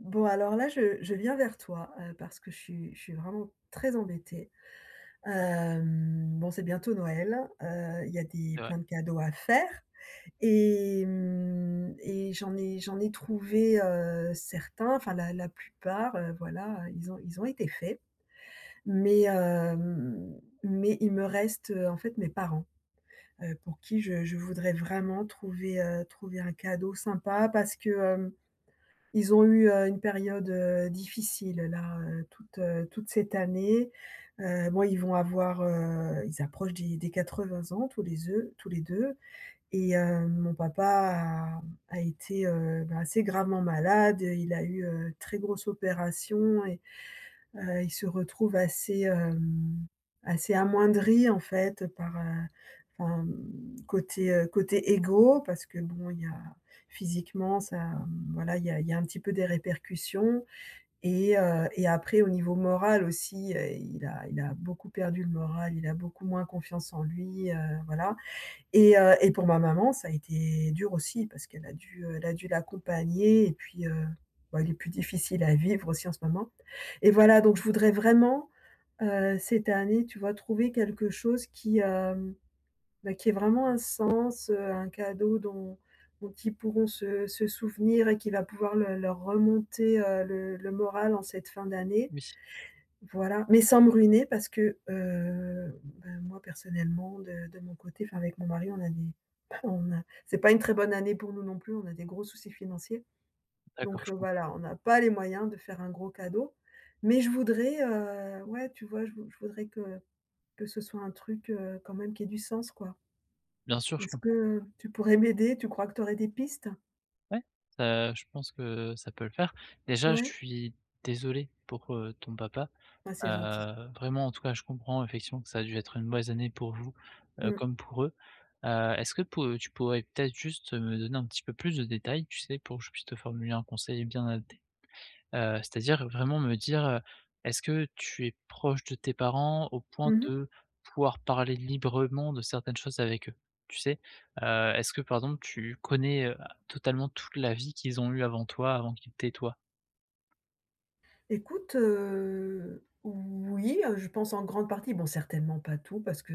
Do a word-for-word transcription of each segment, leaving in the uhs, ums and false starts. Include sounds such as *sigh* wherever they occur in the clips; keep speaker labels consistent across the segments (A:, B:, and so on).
A: Bon, alors là, je je viens vers toi, heu, parce que je suis je suis vraiment très embêtée. Hem, bon, c'est bientôt Noël, heu, il y a des
B: C'est vrai.
A: plein de cadeaux à faire et mmh et j'en ai j'en ai trouvé, heu, certains, enfin la la plupart, heu, voilà, ils ont ils ont été faits. Mais hem, mais il me reste, heu, en fait, mes parents, heu, pour qui je je voudrais vraiment trouver, heu, trouver un cadeau sympa parce que, hem ils ont eu, heu, une période, heu, difficile là, heu, toute, heu, toute cette année. Heu, bon, ils vont avoir, heu, ils approchent des des vingts ans tous les eux tous les deux. et heu, mon papa a a été, heu, bah, assez gravement malade. Il a eu, heu, très grosse opération et Heu, ils se retrouvent assez, hem, assez amoindris en fait par, heu, enfin, mmh, côté, heu, côté égo parce que bon, il y a physiquement ça, mmh, voilà, il y a il y a un petit peu des répercussions. Et heu et après au niveau moral aussi, heu, il a il a beaucoup perdu le moral, il a beaucoup moins confiance en lui, heu, voilà. Et heu et pour ma maman, ça a été dur aussi parce qu'elle a dû, euh, elle a dû l'accompagner et puis, heu, bah, il est plus difficile à vivre aussi en ce moment. Et voilà, donc je voudrais vraiment, heu, cette année, tu vois, trouver quelque chose qui, hem, bah, qui ait vraiment un sens, heu, un cadeau dont dont ils pourront se se souvenir et qui va pouvoir le leur remonter, heu, le le moral en cette fin d'année.
B: Oui, si,
A: Voilà, mais sans me ruiner parce que, heu, ben, moi personnellement de de mon côté, enfin avec mon mari, on a des *laughs* on a c'est pas une très bonne année pour nous non plus, on a des gros soucis financiers.
B: d'accord,
A: Donc,
B: je
A: heu,
B: com
A: voilà, on n'a pas les moyens de faire un gros cadeau. Mais je voudrais, heu, ouais, tu vois, je vou je voudrais que que ce soit un truc, heu, quand même qui ait du sens, quoi.
B: bien sûr, je
A: Est-ce
B: comprends.
A: que tu pourrais m'aider? Tu crois que tu aurais des pistes?
B: Ouais, ça je pense que ça peut le faire. Déjà, je
A: Ouais?
B: suis désolé pour, heu, ton papa.
A: Ah, c'est gentil.
B: Heu, vraiment, en tout cas, je comprends effectivement que ça a dû être une mauvaise année pour vous, heu,
A: Mmh.
B: comme pour eux. Heu, est-ce que pou tu pourrais peut-être juste me donner un petit peu plus de détails, tu sais, pour que je puisse te formuler un conseil bien adapté. Heu, c'est-à-dire vraiment me dire, heu: «Est-ce que tu es proche de tes parents au point
A: Mmh.
B: de pouvoir parler librement de certaines choses avec eux?» Tu sais? Heu, est-ce que par exemple tu connais, heu, totalement toute la vie qu'ils ont eue avant toi, avant qu'ils t'aient toi?
A: Écoute, heu, oui, heu, je pense en grande partie, bon certainement pas tout parce que,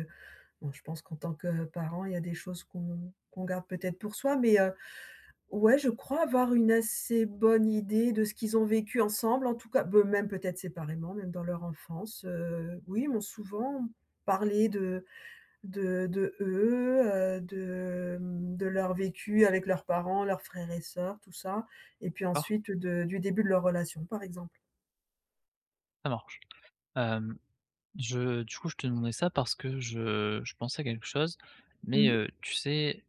A: Bon, je pense qu'en tant que parent, il y a des choses qu'on qu'on garde peut-être pour soi, mais heu, ouais, je crois avoir une assez bonne idée de ce qu'ils ont vécu ensemble, en tout cas, beh, même peut-être séparément, même dans leur enfance, heu, oui, ils m'ont souvent parlé de de de eux, heu, de, mmh, de leur vécu avec leurs parents, leurs frères et sœurs, tout ça et puis
B: D'accord,
A: ensuite de du début de leur relation, par exemple.
B: ça marche. Hem, je du coup, je te demandais ça parce que je je pensais à quelque chose, mais
A: Mmh.
B: heu, tu sais.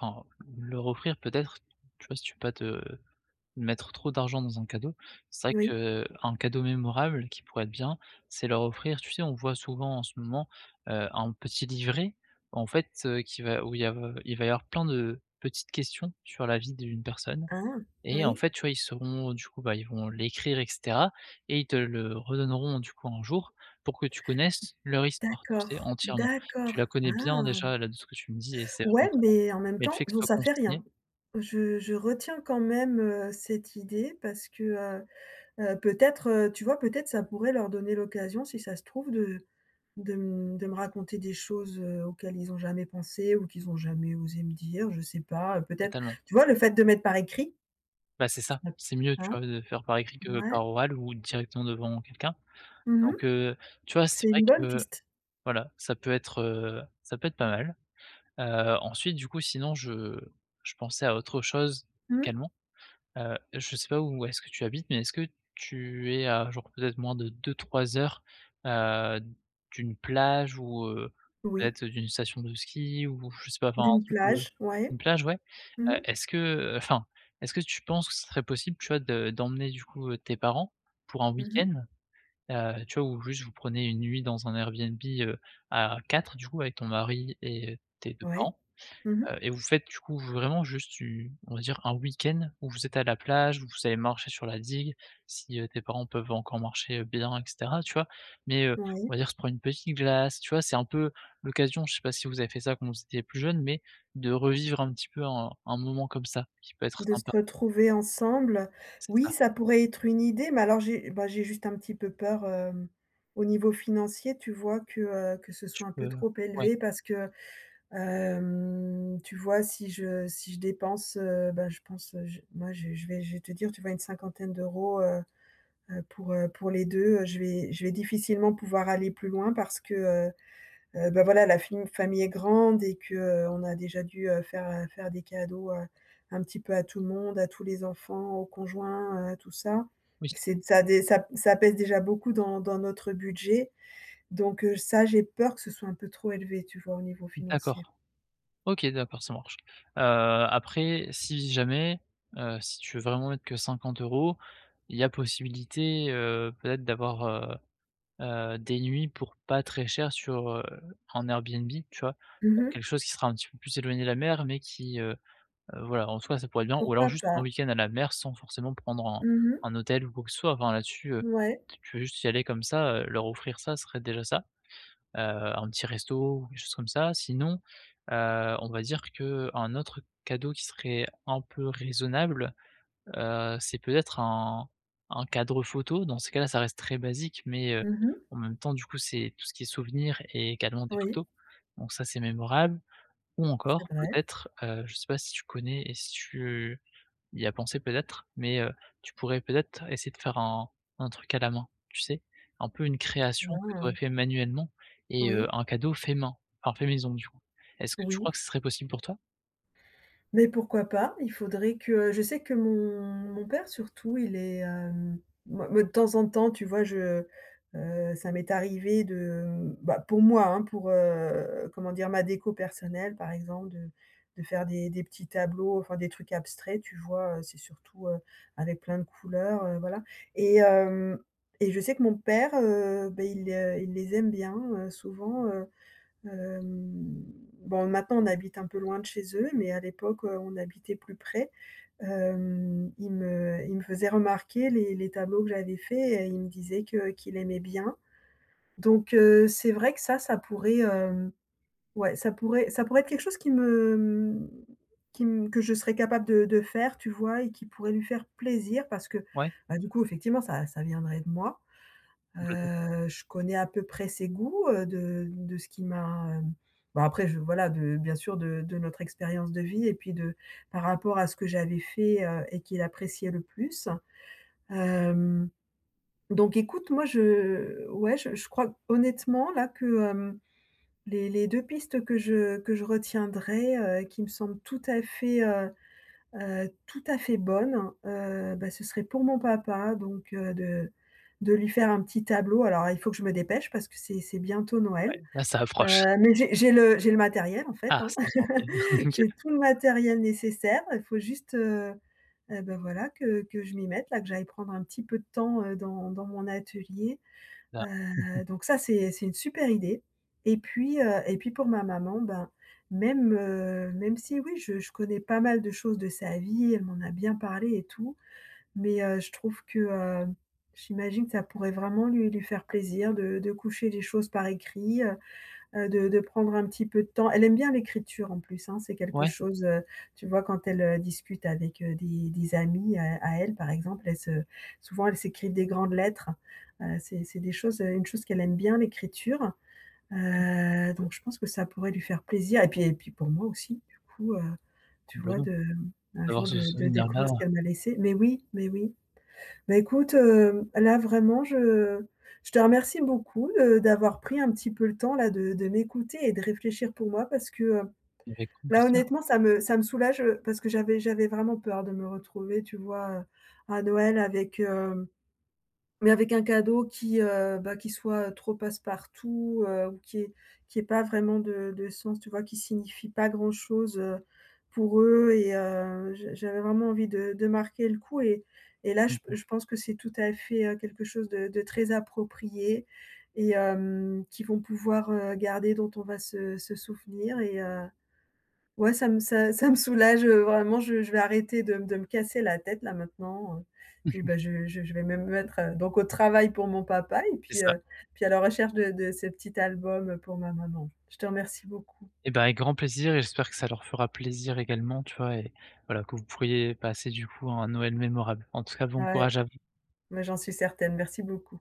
B: Enfin, leur offrir peut-être, tu vois, si tu veux pas te mettre trop d'argent dans un cadeau, c'est
A: Oui.
B: vrai qu'un cadeau mémorable qui pourrait être bien, c'est leur offrir, tu sais, on voit souvent en ce moment, heu, un petit livret, en fait, heu, qui va où il y a il va y avoir plein de petites questions sur la vie d'une personne
A: Ah!
B: et en
A: Oui.
B: fait, tu vois, ils seront du coup, bah, ils vont l'écrire et cetera et ils te le redonneront du coup un jour pour que tu connaisses leur histoire, tu sais,
A: D'accord,
B: entièrement.
A: d'accord.
B: Tu la connais bien
A: Ah!
B: déjà là de ce que tu me dis et c'est vraiment
A: Ouais, mais en même
B: mais le
A: temps,
B: fait que ce
A: bon,
B: soit
A: ça fait
B: consigné,
A: rien. Je je retiens quand même, heu, cette idée parce que, heu heu, peut-être, heu, tu vois, peut-être ça pourrait leur donner l'occasion, si ça se trouve, de de m de me raconter des choses, heu, auxquelles ils n'ont jamais pensé ou qu'ils n'ont jamais osé me dire, je sais pas, heu, peut-être,
B: totalement.
A: tu vois, le fait de mettre par écrit,
B: Bah, c'est ça,
A: ça
B: c'est mieux, tu
A: hein?
B: vois, de faire par écrit que
A: Ouais.
B: par oral ou directement devant quelqu'un.
A: Mmh.
B: Donc, heu, tu vois, c'est
A: C'est
B: vrai
A: une bonne
B: que
A: piste.
B: voilà, ça peut être, heu, ça peut être pas mal. Heu, ensuite, du coup, sinon je je pensais à autre chose
A: Mmh.
B: également. Heu, je sais pas où est-ce que tu habites, mais est-ce que tu es à genre peut-être moins de deux, trois heures, heu, d'une plage ou, heu,
A: Oui,
B: peut-être d'une station de ski ou je sais pas, enfin
A: d'une
B: un truc, heu
A: plage, ouais.
B: une plage, ouais?
A: Mmh
B: Heu,
A: mh.
B: est-ce que, enfin, est-ce que tu penses que ce serait possible, tu vois, de d'emmener du coup, heu, tes parents pour un
A: Mmh.
B: week-end? Heu, tu vois, ou juste vous prenez une nuit dans un Airbnb, heu, à quatre, du coup avec ton mari et tes deux
A: Ouais.
B: parents.
A: Mmh.
B: Heu et vous faites du coup vraiment juste u on va dire un week-end où vous êtes à la plage, où vous allez marcher sur la digue, si, heu, tes parents peuvent encore marcher, heu, bien et cetera, tu vois? Mais, heu,
A: Ouais.
B: on va dire se prendre une petite glace, tu vois? C'est un peu l'occasion, je sais pas si vous avez fait ça quand vous étiez plus jeune mais de revivre un petit peu un un moment comme ça, qui peut être
A: De se
B: sympa.
A: retrouver ensemble.
B: C'est
A: Oui,
B: ça,
A: ça pourrait être une idée, mais alors j'ai bah, j'ai juste un petit peu peur, hem, au niveau financier, tu vois? Que, heu, que ce
B: tu
A: soit un peu
B: peux
A: trop
B: ouais,
A: élevé parce que, hem, tu vois? Si je si je dépense, heu, bah, je pense, heu, je moi, je je vais je vais te dire, tu vois? Une cinquantaine d'euros, heu heu, pour, heu, pour les deux, heu, je vais je vais difficilement pouvoir aller plus loin parce que, heu Heu, bah, voilà, la fim famille est grande et que euh, on a déjà dû, heu, faire, heu, faire des cadeaux, heu, un petit peu à tout le monde, à tous les enfants, aux conjoints, heu, tout ça.
B: oui,
A: Et que C'est ça dé ça ça pèse déjà beaucoup dans dans notre budget, donc heu, ça, j'ai peur que ce soit un peu trop élevé, tu vois, au niveau financier.
B: d'accord. OK, d'accord, ça marche. Heu, après, si jamais, heu, si tu veux vraiment mettre que cinquante euros, il y a possibilité, heu, peut-être d'avoir, heu heu, des nuits pour pas très cher sur, heu, en Airbnb, tu vois? Pour
A: Mmh.
B: quelque chose qui sera un petit peu plus éloigné de la mer, mais qui, heu heu, voilà, en soi, ça pourrait être bien ou
A: Pourquoi
B: alors juste un
A: pas?
B: week-end à la mer sans forcément prendre un
A: Mmh.
B: un hôtel ou quoi que ce soit. Enfin là-dessus, heu,
A: Ouais.
B: tu veux juste y aller comme ça, heu, leur offrir ça, serait déjà ça, heu, un petit resto ou quelque chose comme ça. Sinon, heu, on va dire que un autre cadeau qui serait un peu raisonnable, heu, c'est peut-être un un cadre photo. Dans ces cas-là, ça reste très basique, mais heu,
A: Mmh.
B: en même temps, du coup, c'est tout ce qui est souvenirs et également des
A: Oui,
B: photos. Donc ça, c'est mémorable. Ou
A: c'est
B: encore
A: vrai.
B: peut-être, heu, je sais pas si tu connais et si tu y a pensé peut-être, mais heu, tu pourrais peut-être essayer de faire un un truc à la main, tu sais? Un peu une création que tu aurais
A: Waouh!
B: fait manuellement et heu,
A: Oui,
B: un cadeau fait main, enfin fait maison du coup. Est-ce que tu crois
A: oui.
B: que ce serait possible pour toi?
A: Mais pourquoi pas? Il faudrait que je sais que mon mon père surtout, il est, hem, moi moi de temps en temps, tu vois, je heu, ça m'est arrivé de bah, pour moi, hein, pour, heu, comment dire? Ma déco personnelle, par exemple, de de faire des des petits tableaux, enfin des trucs abstraits, tu vois? Heu, c'est surtout, heu, avec plein de couleurs, heu, voilà. Et hem et je sais que mon père, heu, beh, il, heu, il les aime bien, heu, souvent. heu Hem, bon, maintenant on habite un peu loin de chez eux, mais à l'époque, heu, on habitait plus près. Hem, il me il me faisait remarquer les les tableaux que j'avais faits et il me disait que qu'il aimait bien. Donc heu, c'est vrai que ça, ça pourrait, hem, ouais, ça pourrait ça pourrait être quelque chose qui me, mmh, qui me que je serais capable de de faire, tu vois? Et qui pourrait lui faire plaisir parce que,
B: Ouais,
A: bah, du coup, effectivement, ça ça viendrait de moi.
B: complètement,
A: Heu, je connais à peu près ses goûts, heu, de de ce qui m'a, hem, bah, après je voilà, de bien sûr de de notre expérience de vie et puis de par rapport à ce que j'avais fait, heu, et qu'il appréciait le plus. Hem, donc écoute, moi je ouais, je je crois honnêtement là que, hem, les les deux pistes que je que je retiendrai, heu, qui me semblent tout à fait, heu Heu, tout à fait bonne, heu, bah, ce serait pour mon papa, donc heu, de de lui faire un petit tableau. Alors il faut que je me dépêche parce que c'est c'est bientôt Noël,
B: ouais. Là, ça approche.
A: heu, mais j'ai j'ai le j'ai le matériel en fait,
B: Ah,
A: hein.
B: c'est bien, OK.
A: *laughs*
B: *laughs*
A: J'ai
B: OK.
A: tout le matériel nécessaire, il faut juste, heu, heu, bah, voilà que que je m'y mette là, que j'aille prendre un petit peu de temps, heu, dans dans mon atelier.
B: Là
A: Heu, donc ça, c'est c'est une super idée. Et puis, heu et puis pour ma maman, ben, même, heu, même si oui, je je connais pas mal de choses de sa vie, elle m'en a bien parlé et tout, mais, heu, je trouve que, heu, j'imagine que ça pourrait vraiment lui lui faire plaisir de de coucher les choses par écrit. Heu, Heu, de de prendre un petit peu de temps. Elle aime bien l'écriture en plus, hein, c'est quelque
B: ouais,
A: chose, heu, tu vois quand elle, heu, discute avec, heu, des des amis à à elle par exemple, elle se souvent elle s'écrit des grandes lettres. Heu, c'est c'est des choses, heu, une chose qu'elle aime bien, l'écriture. Heu,
B: ouais,
A: donc je pense que ça pourrait lui faire plaisir, et puis et puis pour moi aussi du coup, heu, tu vois,
B: complètement.
A: de, mmh, un
B: D'avoir
A: jour,
B: ce
A: de de découvrir
B: souvenir-là,
A: ce qu'elle m'a laissé. Mais oui, mais oui. Bah, écoute, heu, là vraiment je je te remercie beaucoup, heu, d'avoir pris un petit peu le temps là de de m'écouter et de réfléchir pour moi parce que, heu,
B: euh, avec grand
A: là
B: plaisir.
A: honnêtement ça me ça me soulage, heu, parce que j'avais j'avais vraiment peur de me retrouver, tu vois, heu, à Noël avec, hem mais avec un cadeau qui, heu, bah, qui soit euh, trop passe-partout, heu, ou qui est qui est pas vraiment de de sens, tu vois? Qui signifie pas grand-chose, heu, pour eux. Et heu, j'a j'avais vraiment envie de de marquer le coup. Et et là, je
B: Mmh.
A: je pense que c'est tout à fait, heu, quelque chose de de très approprié et hem, qu'ils vont pouvoir, heu, garder, dont on va se se souvenir et heu Ouais, ça me ça ça me soulage, heu, vraiment, je je vais arrêter de m de me casser la tête là maintenant, heu, puis, bah, je je je vais même me mettre, heu, donc au travail pour mon papa et
B: C'est
A: puis,
B: ça.
A: heu, puis à la recherche de de ce petit album, heu, pour ma maman. Je te remercie beaucoup.
B: Eh ben, avec grand plaisir et j'espère que ça leur fera plaisir également, tu vois? Et voilà, que vous pourriez passer du coup un Noël mémorable. En tout cas, bon
A: Ouais,
B: courage à vous.
A: mais j'en suis certaine. Merci beaucoup.